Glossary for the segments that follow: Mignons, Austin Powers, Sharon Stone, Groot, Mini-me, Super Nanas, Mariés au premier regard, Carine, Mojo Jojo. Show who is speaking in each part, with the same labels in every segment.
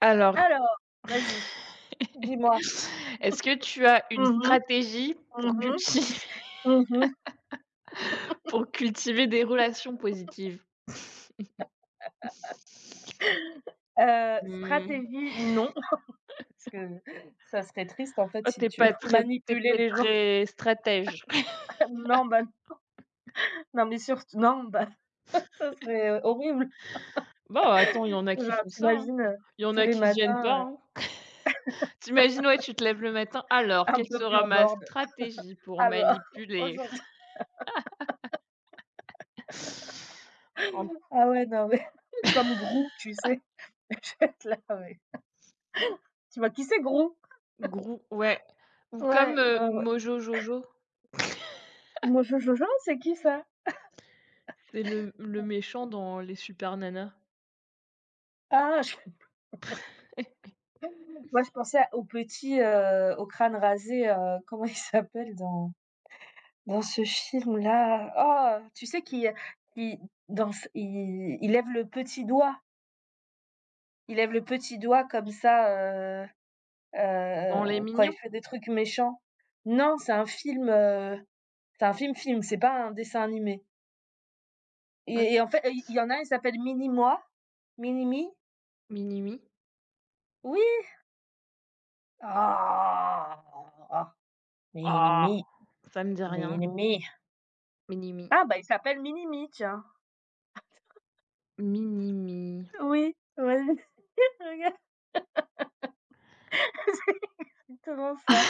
Speaker 1: Alors,
Speaker 2: Alors, vas-y. Dis-moi.
Speaker 1: est-ce que tu as une
Speaker 2: Mhm,
Speaker 1: stratégie
Speaker 2: mhm,
Speaker 1: pour
Speaker 2: mhm.
Speaker 1: cultiver
Speaker 2: mh. Mmh
Speaker 1: pour cultiver des relations positives? Mmh.
Speaker 2: Stratégie, non. parce que Ça serait triste, en fait,
Speaker 1: Oh,
Speaker 2: si
Speaker 1: tu
Speaker 2: tu
Speaker 1: pas très t'es
Speaker 2: manipulais
Speaker 1: pas
Speaker 2: les gens.
Speaker 1: très stratège.
Speaker 2: Non, non, mais surtout non. Ça serait horrible.
Speaker 1: Bon, attends, il y en a qui
Speaker 2: Genre,
Speaker 1: font ça, hein.
Speaker 2: t'imagines imagines,
Speaker 1: Il y en
Speaker 2: tous
Speaker 1: a
Speaker 2: les
Speaker 1: qui viennent
Speaker 2: matins,
Speaker 1: pas, hein. Tu imagines, ouais, tu te lèves le matin: «Alors, quelle sera
Speaker 2: un
Speaker 1: ma
Speaker 2: board.
Speaker 1: stratégie pour
Speaker 2: Alors
Speaker 1: manipuler?»
Speaker 2: aujourd'hui,
Speaker 1: En
Speaker 2: ouais, non, mais comme Groot, tu sais? Je vais être là, ouais. Tu vois qui c'est Groot?
Speaker 1: gros ouais, ou comme,
Speaker 2: Ouais, bah ouais.
Speaker 1: Mojo Jojo,
Speaker 2: Moi, je c'est qui ça?
Speaker 1: c'est le méchant dans les Super Nanas,
Speaker 2: Ah. Moi, je pensais au petit, au crâne rasé. Comment il s'appelle dans ce film-là? Oh, tu sais qui qui dans ce il lève le petit doigt, il lève le petit doigt comme ça,
Speaker 1: dans les
Speaker 2: quand il
Speaker 1: Mignons.
Speaker 2: fait des trucs méchants. Non, c'est un film. C'est un film-film, c'est pas un dessin animé
Speaker 1: Ouais,
Speaker 2: et en fait, il y en a un, il s'appelle Mini-moi. Mini-me.
Speaker 1: Minimi?
Speaker 2: Oui! Ah!
Speaker 1: Ah!
Speaker 2: Mini-me.
Speaker 1: Ça me dit rien.
Speaker 2: Mini-me.
Speaker 1: Minimi.
Speaker 2: Ah, bah, il s'appelle Mini-me, tiens.
Speaker 1: Minimi.
Speaker 2: Oui, oui, regarde, c'est exactement ça.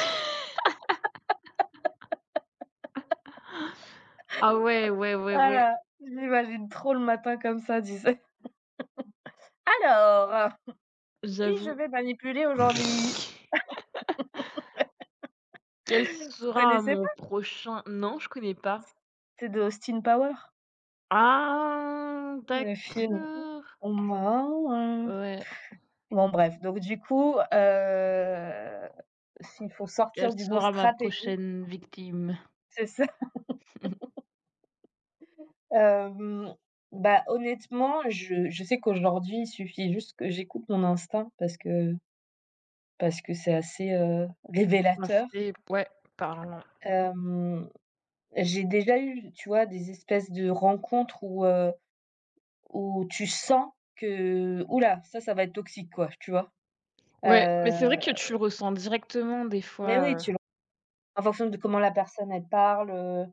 Speaker 1: Ah ouais, ouais, ouais, ouais,
Speaker 2: Voilà, j'imagine trop le matin comme ça, Disais. «Alors, qui je
Speaker 1: j'avoue.
Speaker 2: vais manipuler aujourd'hui?»
Speaker 1: Quel
Speaker 2: Tu
Speaker 1: sera
Speaker 2: connaissais
Speaker 1: mon
Speaker 2: pas?
Speaker 1: prochain Non, je connais pas.
Speaker 2: C'est de Austin Powers,
Speaker 1: Ah!
Speaker 2: le film.
Speaker 1: D'accord.
Speaker 2: Moi, euh,
Speaker 1: Ouais.
Speaker 2: bon, bref. Donc du coup, s'il faut
Speaker 1: Quelle
Speaker 2: sortir du mot
Speaker 1: sera ma
Speaker 2: stratégie,
Speaker 1: prochaine victime?
Speaker 2: c'est ça. Hem, Bah, honnêtement, je sais qu'aujourd'hui, il suffit juste que j'écoute mon instinct, parce que c'est assez, révélateur.
Speaker 1: Assez ouais, parlant.
Speaker 2: Hem J'ai déjà eu, tu vois, des espèces de rencontres où, où tu sens que: «Ouh là, ça va être toxique, quoi», tu vois?
Speaker 1: Ouais, mais
Speaker 2: Heu,
Speaker 1: c'est vrai que tu le ressens directement des
Speaker 2: mais oui,
Speaker 1: fois,
Speaker 2: tu le en fonction de comment la personne elle parle.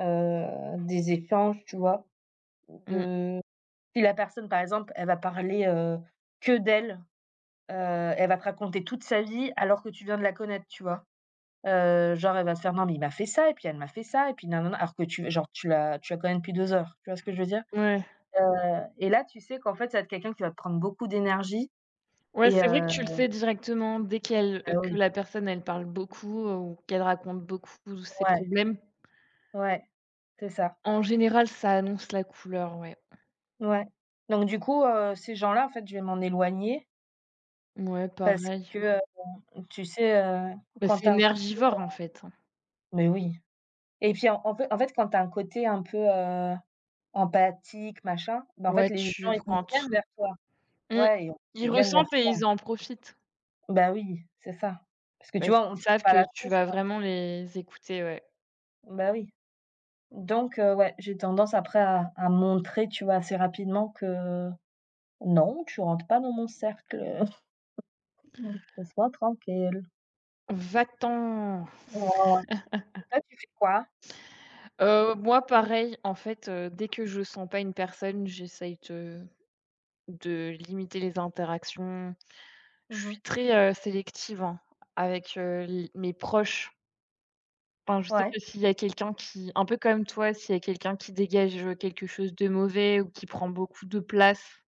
Speaker 2: heu, des échanges, tu vois?
Speaker 1: mmh,
Speaker 2: De Si la personne, par exemple, elle va parler, que d'elle. heu, Elle va te raconter toute sa vie alors que tu viens de la connaître, tu vois? Genre, elle va te faire: «Non, mais il m'a fait ça et puis elle m'a fait ça et puis nanana», alors que tu genre, tu la connais depuis 2 heures, tu vois ce que je veux dire?
Speaker 1: ouais.
Speaker 2: Heu et là, tu sais qu'en fait, ça va être quelqu'un qui va te prendre beaucoup d'énergie.
Speaker 1: Ouais,
Speaker 2: et
Speaker 1: c'est vrai que
Speaker 2: heu,
Speaker 1: tu le sais directement dès qu'elle
Speaker 2: Bah,
Speaker 1: que
Speaker 2: oui,
Speaker 1: la personne, elle parle beaucoup, ou qu'elle raconte beaucoup ses
Speaker 2: ouais,
Speaker 1: problèmes.
Speaker 2: ouais, c'est ça,
Speaker 1: En général, ça annonce la couleur, ouais.
Speaker 2: ouais. Donc du coup, ces gens-là, en fait, je vais m'en éloigner
Speaker 1: Ouais,
Speaker 2: parce
Speaker 1: pareil.
Speaker 2: que, tu sais,
Speaker 1: Bah,
Speaker 2: quand
Speaker 1: c'est
Speaker 2: tu as un
Speaker 1: énergivore, en fait, hein.
Speaker 2: mais oui, et puis, quand tu as un côté un peu, empathique, machin, bah, en fait,
Speaker 1: Ouais,
Speaker 2: les gens,
Speaker 1: tu
Speaker 2: ils
Speaker 1: prends
Speaker 2: viennent
Speaker 1: tout.
Speaker 2: vers toi.
Speaker 1: Mmh.
Speaker 2: Ouais, et en plus,
Speaker 1: Ils
Speaker 2: ils viennent vers
Speaker 1: ressentent et
Speaker 2: toi.
Speaker 1: ils en profitent
Speaker 2: Bah, oui, c'est ça. Parce que tu
Speaker 1: parce
Speaker 2: vois, on
Speaker 1: qu'ils
Speaker 2: tire
Speaker 1: savent
Speaker 2: pas
Speaker 1: que
Speaker 2: la
Speaker 1: tu
Speaker 2: tronche,
Speaker 1: vas
Speaker 2: quoi.
Speaker 1: vraiment les écouter, ouais.
Speaker 2: Bah, oui. Donc ouais, j'ai tendance après à montrer, tu vois, assez rapidement que: «Non, tu rentres pas dans mon cercle, heu, Mmh, laisse-moi tranquille».
Speaker 1: Va-t'en!
Speaker 2: Mmh. Oh, et toi, tu fais quoi?
Speaker 1: Moi, pareil, en fait, dès que je sens pas une personne, j'essaye de limiter les interactions. Je suis
Speaker 2: Mmh.
Speaker 1: très, sélective, hein, avec, l mes proches. Enfin, je sais
Speaker 2: Ouais.
Speaker 1: que s'il y a quelqu'un qui un peu comme toi, s'il y a quelqu'un qui dégage, quelque chose de mauvais ou qui prend beaucoup de place,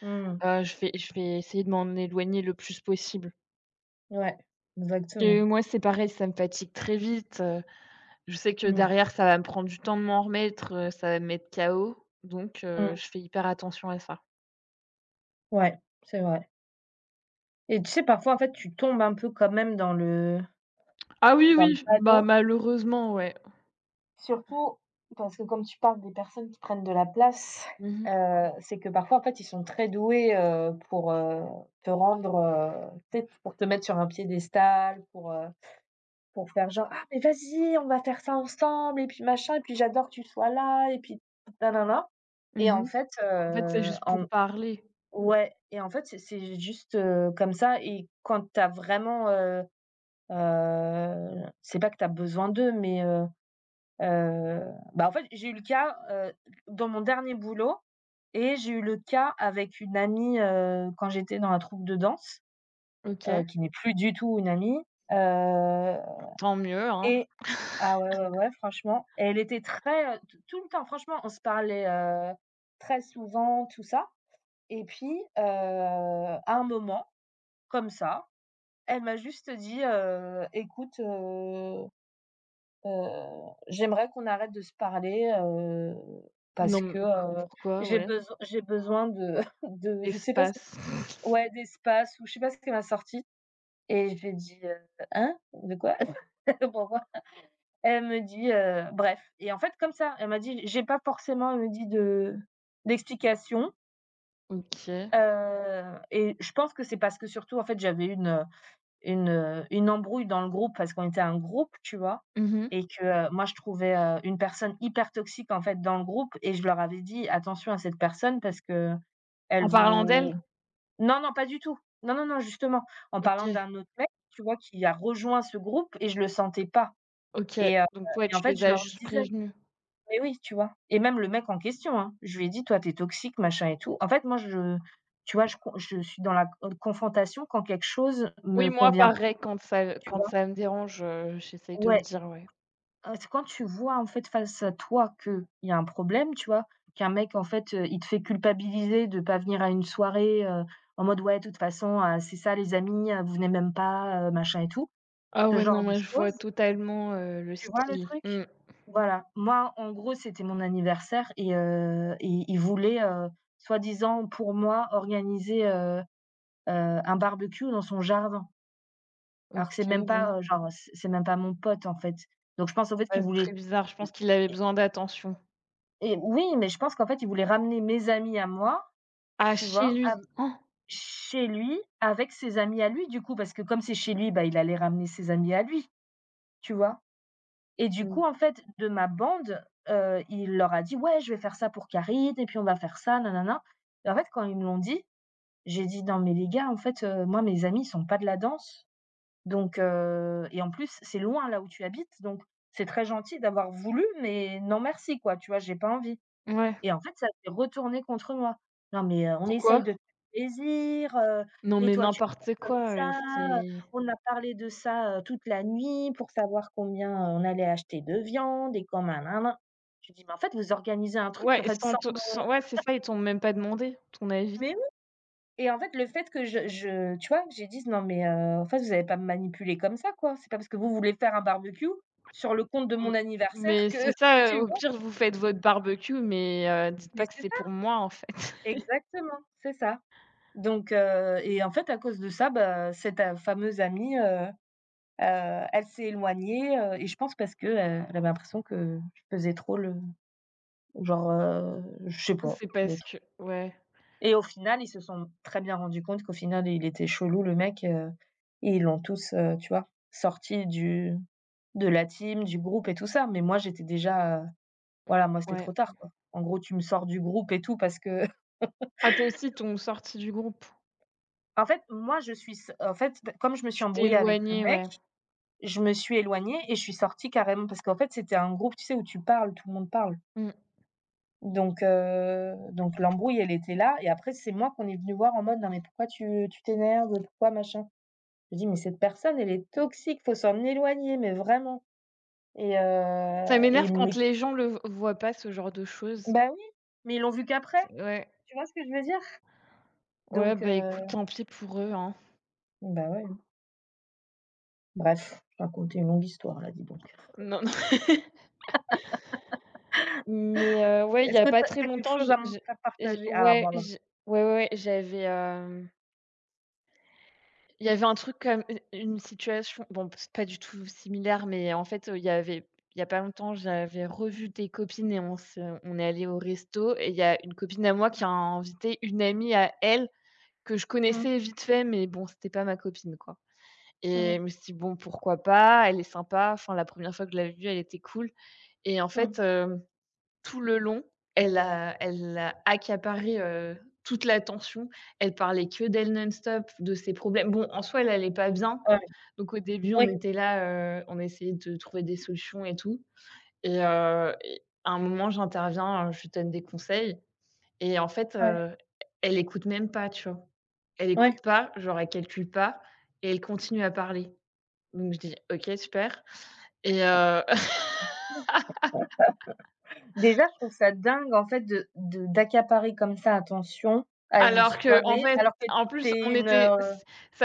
Speaker 2: Mmh.
Speaker 1: je vais essayer de m'en éloigner le plus possible.
Speaker 2: Ouais,
Speaker 1: Et
Speaker 2: exactement.
Speaker 1: moi, c'est pareil, ça me fatigue très vite, je sais que
Speaker 2: Mmh.
Speaker 1: derrière, ça va me prendre du temps de m'en remettre, ça va me mettre KO, donc
Speaker 2: Mmh.
Speaker 1: je fais hyper attention à ça.
Speaker 2: Ouais, c'est vrai. Et tu sais, parfois, en fait, tu tombes un peu quand même dans le...
Speaker 1: Ah oui,
Speaker 2: Dans le
Speaker 1: oui, bah,
Speaker 2: panneau?
Speaker 1: malheureusement, ouais.
Speaker 2: Surtout parce que comme tu parles des personnes qui prennent de la place,
Speaker 1: Mmh mh.
Speaker 2: c'est que parfois, en fait, ils sont très doués, pour, te rendre, tu sais, pour te mettre sur un piédestal, pour faire genre: «Ah mais vas-y, on va faire ça ensemble et puis machin et puis j'adore que tu sois là et puis nanana». Et
Speaker 1: Mmh.
Speaker 2: en fait,
Speaker 1: En fait, c'est juste pour
Speaker 2: en
Speaker 1: parler.
Speaker 2: Ouais, et en fait, c'est juste, comme ça. Et quand tu as vraiment, c'est pas que tu as besoin d'eux, bah, en fait, j'ai eu le cas, dans mon dernier boulot, et j'ai eu le cas avec une amie, quand j'étais dans la troupe de danse,
Speaker 1: OK.
Speaker 2: qui n'est plus du tout une amie. heu
Speaker 1: Tant mieux, hein.
Speaker 2: et ah ouais, ouais, ouais, franchement, elle était très, t tout le temps, franchement, on se parlait, très souvent, tout ça. Et puis, à un moment, comme ça, elle m'a juste dit, «Écoute,» j'aimerais qu'on arrête de se parler, parce
Speaker 1: Non, mais
Speaker 2: que,
Speaker 1: co pourquoi? Ouais.
Speaker 2: j'ai besoin de de je sais pas ce que»
Speaker 1: Espace.
Speaker 2: ouais, d'espace, ou je sais pas ce qu'elle m'a sorti. Et je lui ai dit, «Hein? De quoi? Pourquoi?» Elle me dit, bref, et en fait comme ça, elle m'a dit j'ai pas forcément, elle me dit de d'explication.
Speaker 1: OK.
Speaker 2: Et je pense que c'est parce que surtout en fait j'avais une... une embrouille dans le groupe, parce qu'on était un groupe, tu vois?
Speaker 1: Mmh.
Speaker 2: Et que, moi je trouvais, une personne hyper toxique en fait dans le groupe, et je leur avais dit: «Attention à cette personne parce que elle
Speaker 1: En parlant d'elle?
Speaker 2: vous...» Non, non, pas du tout. Non, non, non, justement, en parlant
Speaker 1: OK,
Speaker 2: d'un autre mec, tu vois? Qui a rejoint ce groupe, et je le sentais pas.
Speaker 1: OK.
Speaker 2: et heu
Speaker 1: Donc ouais,
Speaker 2: et
Speaker 1: tu
Speaker 2: en fait
Speaker 1: les
Speaker 2: je
Speaker 1: as
Speaker 2: leur
Speaker 1: juste
Speaker 2: disais,
Speaker 1: prévenus.
Speaker 2: mais oui, tu vois? Et même le mec en question, hein, je lui ai dit: «Toi, t'es toxique, machin et tout». En fait, moi je tu vois? Je suis dans la confrontation quand quelque chose
Speaker 1: Oui,
Speaker 2: me
Speaker 1: moi
Speaker 2: convient pas,
Speaker 1: pareil, quand ça
Speaker 2: tu
Speaker 1: quand
Speaker 2: vois?
Speaker 1: ça me dérange, j'essaye de le
Speaker 2: Ouais.
Speaker 1: dire, ouais.
Speaker 2: C'est quand tu vois, en fait, face à toi qu'il y a un problème, tu vois? Qu'un mec, en fait, il te fait culpabiliser de pas venir à une soirée, en mode: «Ouais, de toute façon, c'est ça les amis, vous venez même pas, machin et tout».
Speaker 1: Ah
Speaker 2: Ce
Speaker 1: ouais,
Speaker 2: genre
Speaker 1: non,
Speaker 2: de
Speaker 1: mais je vois
Speaker 2: choses,
Speaker 1: totalement, le
Speaker 2: tu vois le
Speaker 1: style.
Speaker 2: truc?
Speaker 1: Mmh.
Speaker 2: Voilà. Moi, en gros, c'était mon anniversaire, et il voulait, soi-disant pour moi, organiser, heu, un barbecue dans son jardin. Alors que
Speaker 1: OK,
Speaker 2: c'est même
Speaker 1: bon.
Speaker 2: pas, genre, c'est même pas mon pote, en fait. Donc je pense, en fait,
Speaker 1: Ouais,
Speaker 2: qu'il
Speaker 1: c'est très
Speaker 2: voulait,
Speaker 1: bizarre, je
Speaker 2: heu
Speaker 1: pense qu'il avait besoin d'attention.
Speaker 2: Et oui, mais je pense qu'en fait, il voulait ramener mes amis à moi,
Speaker 1: Ah,
Speaker 2: tu
Speaker 1: chez
Speaker 2: vois,
Speaker 1: lui?
Speaker 2: av
Speaker 1: Han!
Speaker 2: chez lui, avec ses amis à lui, du coup, parce que comme c'est chez lui, bah, il allait ramener ses amis à lui, tu vois? Et du
Speaker 1: Mmh.
Speaker 2: coup, en fait, de ma bande, il leur a dit: «Ouais, je vais faire ça pour Carine et puis on va faire ça, nanana». Et en fait, quand ils me l'ont dit, j'ai dit: «Non, mais les gars, en fait, moi, mes amis, ils sont pas de la danse, et en plus, c'est loin là où tu habites, donc c'est très gentil d'avoir voulu, mais non merci, quoi, tu vois? J'ai pas envie».
Speaker 1: Ouais.
Speaker 2: Et en fait, ça s'est retourné contre moi. Non mais, on essaye
Speaker 1: Pourquoi?
Speaker 2: de te faire plaisir,
Speaker 1: Non,
Speaker 2: et
Speaker 1: mais
Speaker 2: toi tu penses
Speaker 1: n'importe
Speaker 2: comme
Speaker 1: quoi,
Speaker 2: ça,
Speaker 1: c'est
Speaker 2: on a parlé de ça, toute la nuit pour savoir combien, on allait acheter de viande, et quand nin nin je dis: «Mais en fait, vous organisez un truc
Speaker 1: ouais,
Speaker 2: en fait
Speaker 1: sans
Speaker 2: sans
Speaker 1: te
Speaker 2: moi».
Speaker 1: sans ouais, c'est ça, ils t'ont même pas demandé ton avis.
Speaker 2: Mais oui, et en fait, le fait que je tu vois, j'ai dit: «Non mais, en fait, vous allez pas me manipuler comme ça quoi. C'est pas parce que vous voulez faire un barbecue sur le compte de
Speaker 1: Mmh.
Speaker 2: mon anniversaire
Speaker 1: Mais
Speaker 2: que...»
Speaker 1: c'est ça,
Speaker 2: tu
Speaker 1: au
Speaker 2: vois?
Speaker 1: pire, vous faites votre barbecue, mais dites
Speaker 2: Mais
Speaker 1: pas que
Speaker 2: c'est
Speaker 1: c'est
Speaker 2: ça,
Speaker 1: pour moi, en fait.
Speaker 2: exactement, c'est ça. Donc et en fait, à cause de ça, bah, cette, fameuse amie, elle s'est éloignée. Et je pense parce que, elle avait l'impression que je faisais trop le genre, je sais pas,
Speaker 1: C'est
Speaker 2: le
Speaker 1: parce
Speaker 2: tru
Speaker 1: que ouais,
Speaker 2: et au final, ils se sont très bien rendus compte qu'au final, il était chelou le mec. Et ils l'ont tous, tu vois, sorti du de la team, du groupe et tout ça. Mais moi, j'étais déjà, voilà, moi, c'était
Speaker 1: ouais.
Speaker 2: trop tard, quoi. En gros, tu me sors du groupe et tout parce que...
Speaker 1: Ah, toi aussi, ils t'ont sorti du groupe.
Speaker 2: En fait, comme je me suis
Speaker 1: Tu t'es
Speaker 2: embrouillée avec le
Speaker 1: éloigné,
Speaker 2: mec,
Speaker 1: ouais.
Speaker 2: je me suis éloignée et je suis sortie carrément parce qu'en fait, c'était un groupe, tu sais, où tu parles, tout le monde parle.
Speaker 1: Mmh.
Speaker 2: Donc l'embrouille, elle était là, et après, c'est moi qu'on est venu voir en mode: «Non mais pourquoi tu t'énerves? Pourquoi machin?» Je dis: «Mais cette personne, elle est toxique, faut s'en éloigner, mais vraiment». et heu
Speaker 1: Ça
Speaker 2: et
Speaker 1: m'énerve quand
Speaker 2: mais
Speaker 1: les gens le v voient pas, ce genre de choses.
Speaker 2: Bah oui, mais ils l'ont vu qu'après,
Speaker 1: Ouais.
Speaker 2: tu vois ce que je veux dire?
Speaker 1: Ouais,
Speaker 2: Donc
Speaker 1: bah, écoute, tant pis pour eux, hein.
Speaker 2: bah ouais, bref, je racontais une longue histoire là, dis donc.
Speaker 1: Non, non. Mais ouais, il y
Speaker 2: Est-ce
Speaker 1: a
Speaker 2: que
Speaker 1: pas très
Speaker 2: tu as quelque
Speaker 1: longtemps,
Speaker 2: chose
Speaker 1: je
Speaker 2: à me faire
Speaker 1: j'ai
Speaker 2: partager? Ah
Speaker 1: ouais,
Speaker 2: voilà.
Speaker 1: ouais, ouais, ouais, j'avais, hem il y avait un truc comme une situation bon, c'est pas du tout similaire, mais en fait, il y a pas longtemps, j'avais revu des copines et on est allé au resto et il y a une copine à moi qui a invité une amie à elle que je
Speaker 2: Mmh.
Speaker 1: connaissais vite fait, mais bon, c'était pas ma copine, quoi
Speaker 2: Mmh
Speaker 1: et
Speaker 2: mh.
Speaker 1: je me suis dit: «Bon, pourquoi pas? Elle est sympa, enfin, la première fois que je l'avais vue, elle était cool» et en
Speaker 2: Mmh.
Speaker 1: fait, tout le long, elle a accaparé, toute l'attention. Elle parlait que d'elle non-stop, de ses problèmes. Bon, en soi, elle allait pas bien,
Speaker 2: Ouais,
Speaker 1: donc au début, on
Speaker 2: oui,
Speaker 1: était là, on essayait de trouver des solutions et tout et heu et à un moment, j'interviens, je donne des conseils et en fait,
Speaker 2: ouais.
Speaker 1: elle écoute même pas, tu vois? Elle écoute
Speaker 2: Ouais.
Speaker 1: pas, genre elle calcule pas et elle continue à parler. Donc je dis: «OK, super» et
Speaker 2: Déjà, je trouve ça dingue, en fait, de d'accaparer comme ça attention à une
Speaker 1: alors que, en
Speaker 2: soirée,
Speaker 1: fait,
Speaker 2: alors que
Speaker 1: en
Speaker 2: tu
Speaker 1: plus,
Speaker 2: es
Speaker 1: on
Speaker 2: une,
Speaker 1: était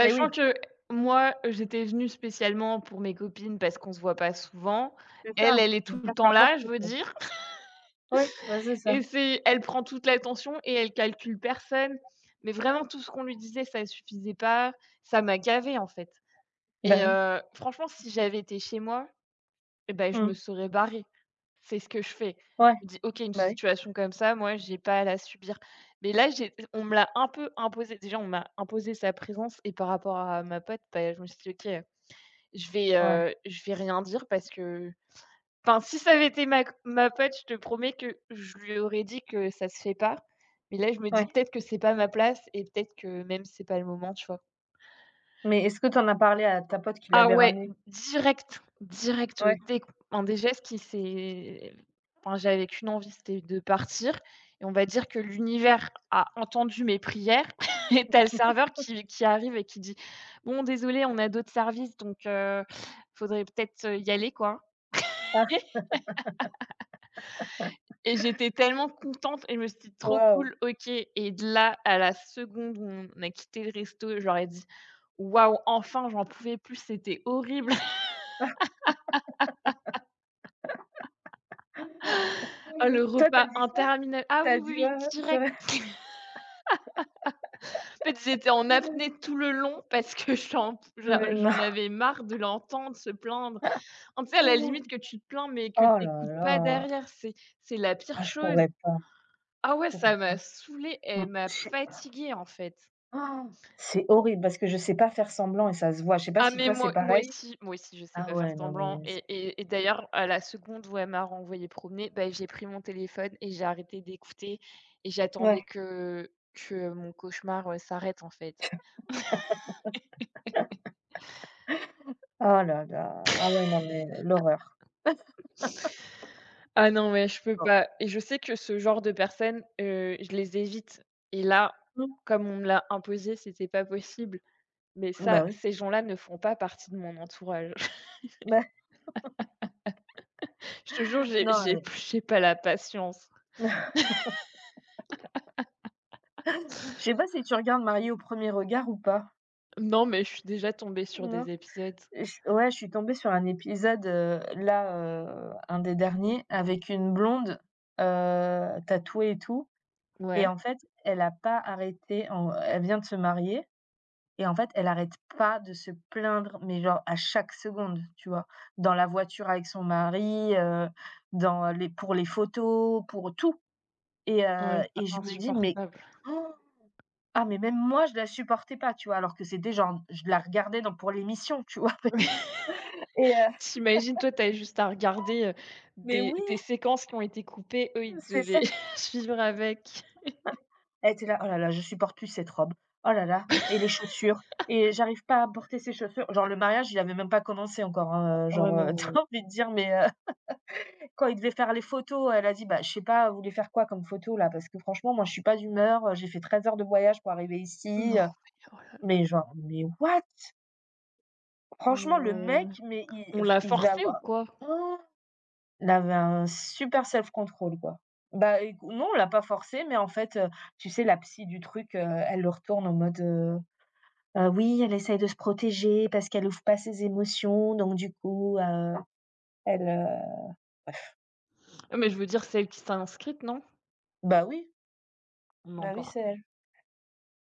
Speaker 2: mais oui,
Speaker 1: que moi, j'étais venue spécialement pour mes copines parce qu'on se voit pas souvent.
Speaker 2: c'est ça,
Speaker 1: Elle, elle est tout
Speaker 2: une
Speaker 1: le
Speaker 2: place
Speaker 1: temps
Speaker 2: à
Speaker 1: là, je
Speaker 2: porter,
Speaker 1: veux
Speaker 2: quoi.
Speaker 1: dire.
Speaker 2: Oui, bah, c'est ça.
Speaker 1: Et c'est elle prend toute l'attention et elle calcule personne. Mais vraiment tout ce qu'on lui disait, ça suffisait pas. Ça m'a gavée, en fait
Speaker 2: Bah,
Speaker 1: et
Speaker 2: oui.
Speaker 1: franchement, si j'avais été chez moi, et ben je me
Speaker 2: Mmh.
Speaker 1: serais barrée. C'est ce que je fais.
Speaker 2: Ouais,
Speaker 1: Je dis: «OK, une
Speaker 2: bah, oui.
Speaker 1: situation comme ça, moi, j'ai pas à la subir». Mais là, j'ai on me l'a un peu imposé. Déjà, on m'a imposé sa présence et par rapport à ma pote, bah, je me suis dit: «OK,
Speaker 2: Ouais,
Speaker 1: je vais rien dire parce que enfin, si ça avait été ma pote, je te promets que je lui aurais dit que ça se fait pas. Mais là, je me
Speaker 2: ouais.
Speaker 1: dis peut-être que c'est pas ma place et peut-être que même c'est pas le moment, tu vois?
Speaker 2: Mais est-ce que tu en as parlé à ta pote qui
Speaker 1: Ah
Speaker 2: l'avait
Speaker 1: ouais,
Speaker 2: ramené?
Speaker 1: direct, direct,
Speaker 2: Ouais.
Speaker 1: dès q un des gestes qui s'est enfin, j'avais qu'une envie, c'était de partir et on va dire que l'univers a entendu mes prières et t'as le serveur qui arrive et qui dit: «Bon désolé, on a d'autres services donc faudrait peut-être y aller, quoi».
Speaker 2: Ah,
Speaker 1: Et j'étais tellement contente et je me suis dit: «Trop
Speaker 2: waouh!
Speaker 1: cool, OK» et de là à la seconde où on a quitté le resto, je leur ai dit: «Waouh, enfin, j'en pouvais plus, c'était horrible.
Speaker 2: Oui,
Speaker 1: Ah, le
Speaker 2: oui. Toi, tu as
Speaker 1: repas
Speaker 2: dit ça?
Speaker 1: interminable». Ah
Speaker 2: Tu
Speaker 1: oui,
Speaker 2: as
Speaker 1: oui,
Speaker 2: dit:
Speaker 1: oui,
Speaker 2: «Ouais, ouais, c'est
Speaker 1: direct.
Speaker 2: vrai».
Speaker 1: En fait, j'étais en apnée tout le long parce que
Speaker 2: Mais non.
Speaker 1: j'en avais marre de l'entendre se plaindre. En tu sais, à la limite que tu te plains mais que
Speaker 2: Oh là
Speaker 1: t'écoutes pas
Speaker 2: là!
Speaker 1: derrière, c'est la pire
Speaker 2: Ah, je
Speaker 1: chose.
Speaker 2: pourrais pas, je
Speaker 1: Ah ouais, ça
Speaker 2: pourrais
Speaker 1: m'a
Speaker 2: pas.
Speaker 1: saoulée,
Speaker 2: Mmh.
Speaker 1: elle m'a fatiguée, en fait.
Speaker 2: Ah, C'est horrible parce que je sais pas faire semblant et ça se voit. Je sais pas
Speaker 1: Ah
Speaker 2: si
Speaker 1: mais
Speaker 2: toi c'est
Speaker 1: moi moi
Speaker 2: pareil?
Speaker 1: aussi moi aussi je sais
Speaker 2: Ah
Speaker 1: pas faire
Speaker 2: ouais, non
Speaker 1: semblant
Speaker 2: mais c
Speaker 1: et d'ailleurs à la seconde où elle m'a renvoyée promener, bah, j'ai pris mon téléphone et j'ai arrêté d'écouter et j'attendais
Speaker 2: Ouais.
Speaker 1: que mon cauchemar, s'arrête, en fait.
Speaker 2: Oh là là. Ah ouais, non mais l'horreur.
Speaker 1: Ah non mais je peux
Speaker 2: Oh,
Speaker 1: pas et je sais que ce genre de personnes, je les évite et là, comme on me l'a imposé, c'était pas possible. Mais
Speaker 2: mmh,
Speaker 1: ça, Mmh.
Speaker 2: bah oui.
Speaker 1: ces gens-là ne font pas partie de mon entourage.
Speaker 2: Bah...
Speaker 1: Je te jure, j'ai
Speaker 2: Non,
Speaker 1: j'ai j'ai pas la patience.
Speaker 2: je sais pas si tu regardes Mariés au premier regard ou pas?
Speaker 1: Non mais je suis déjà tombée sur
Speaker 2: Non.
Speaker 1: des épisodes
Speaker 2: Je Ouais, je suis tombée sur un épisode, là, un des derniers avec une blonde, tatouée et tout. Et
Speaker 1: ouais.
Speaker 2: en fait, elle a pas arrêté en elle vient de se marier, et en fait, elle arrête pas de se plaindre, mais genre à chaque seconde, tu vois? Dans la voiture avec son mari, dans les pour les photos, pour tout.
Speaker 1: Ouais, c'est
Speaker 2: Et je me dis: «Mais
Speaker 1: insupportable.
Speaker 2: oh, ah mais même moi je la supportais pas», tu vois? Alors que c'était genre je la regardais dans pour l'émission, tu vois? Et heu
Speaker 1: T'imagines toi, t'as juste à regarder,
Speaker 2: mais
Speaker 1: des
Speaker 2: oui,
Speaker 1: des séquences qui ont été coupées, eux, ils
Speaker 2: c'est
Speaker 1: devaient
Speaker 2: ça.
Speaker 1: suivre avec.
Speaker 2: Elle était là: «Oh là là, je supporte plus cette robe. Oh là là, et les chaussures, et j'arrive pas à porter ces chaussures». Genre le mariage, il avait même pas commencé encore, hein,
Speaker 1: Oh
Speaker 2: genre, tu
Speaker 1: non.
Speaker 2: envie de dire: «Mais, quand il devait faire les photos, elle a dit: «Bah, je sais pas, vous voulez faire quoi comme photo là? Parce que franchement, moi, je suis pas d'humeur, j'ai fait 13 heures de voyage pour arriver ici,»
Speaker 1: Non, mais oh là
Speaker 2: Mais genre, mais what? Franchement, le mec,
Speaker 1: non.
Speaker 2: mais
Speaker 1: On l'a
Speaker 2: il devait
Speaker 1: forcée ou
Speaker 2: avoir...
Speaker 1: quoi?
Speaker 2: Oh! Il avait un super self control, quoi. Bah, écou non, on l'a pas forcé, mais en fait, tu sais, la psy du truc, elle le retourne en mode, oui, elle essaye de se protéger parce qu'elle ouvre pas ses émotions, donc du coup, elle,»
Speaker 1: Non, mais je veux dire celle qui s'est inscrite, non?
Speaker 2: bah oui,
Speaker 1: On
Speaker 2: bah oui,
Speaker 1: emporte.
Speaker 2: c'est...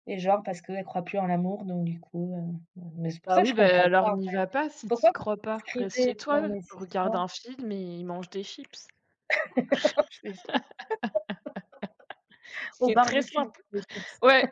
Speaker 2: Et genre parce qu'elle croit plus en l'amour, donc du coup, mais c'est pour
Speaker 1: Bah
Speaker 2: ça que
Speaker 1: oui,
Speaker 2: je
Speaker 1: bah
Speaker 2: comprends
Speaker 1: alors
Speaker 2: pas en
Speaker 1: n'y va
Speaker 2: fait.
Speaker 1: pas si t'y
Speaker 2: Pourquoi
Speaker 1: crois
Speaker 2: vous
Speaker 1: pas. Reste
Speaker 2: inscrivez...
Speaker 1: chez toi,
Speaker 2: Non mais c'est
Speaker 1: regarde
Speaker 2: ça,
Speaker 1: un film et mange des chips.
Speaker 2: je te jure, au
Speaker 1: C'est très
Speaker 2: barbecue,
Speaker 1: simple.
Speaker 2: les chips?
Speaker 1: Ouais.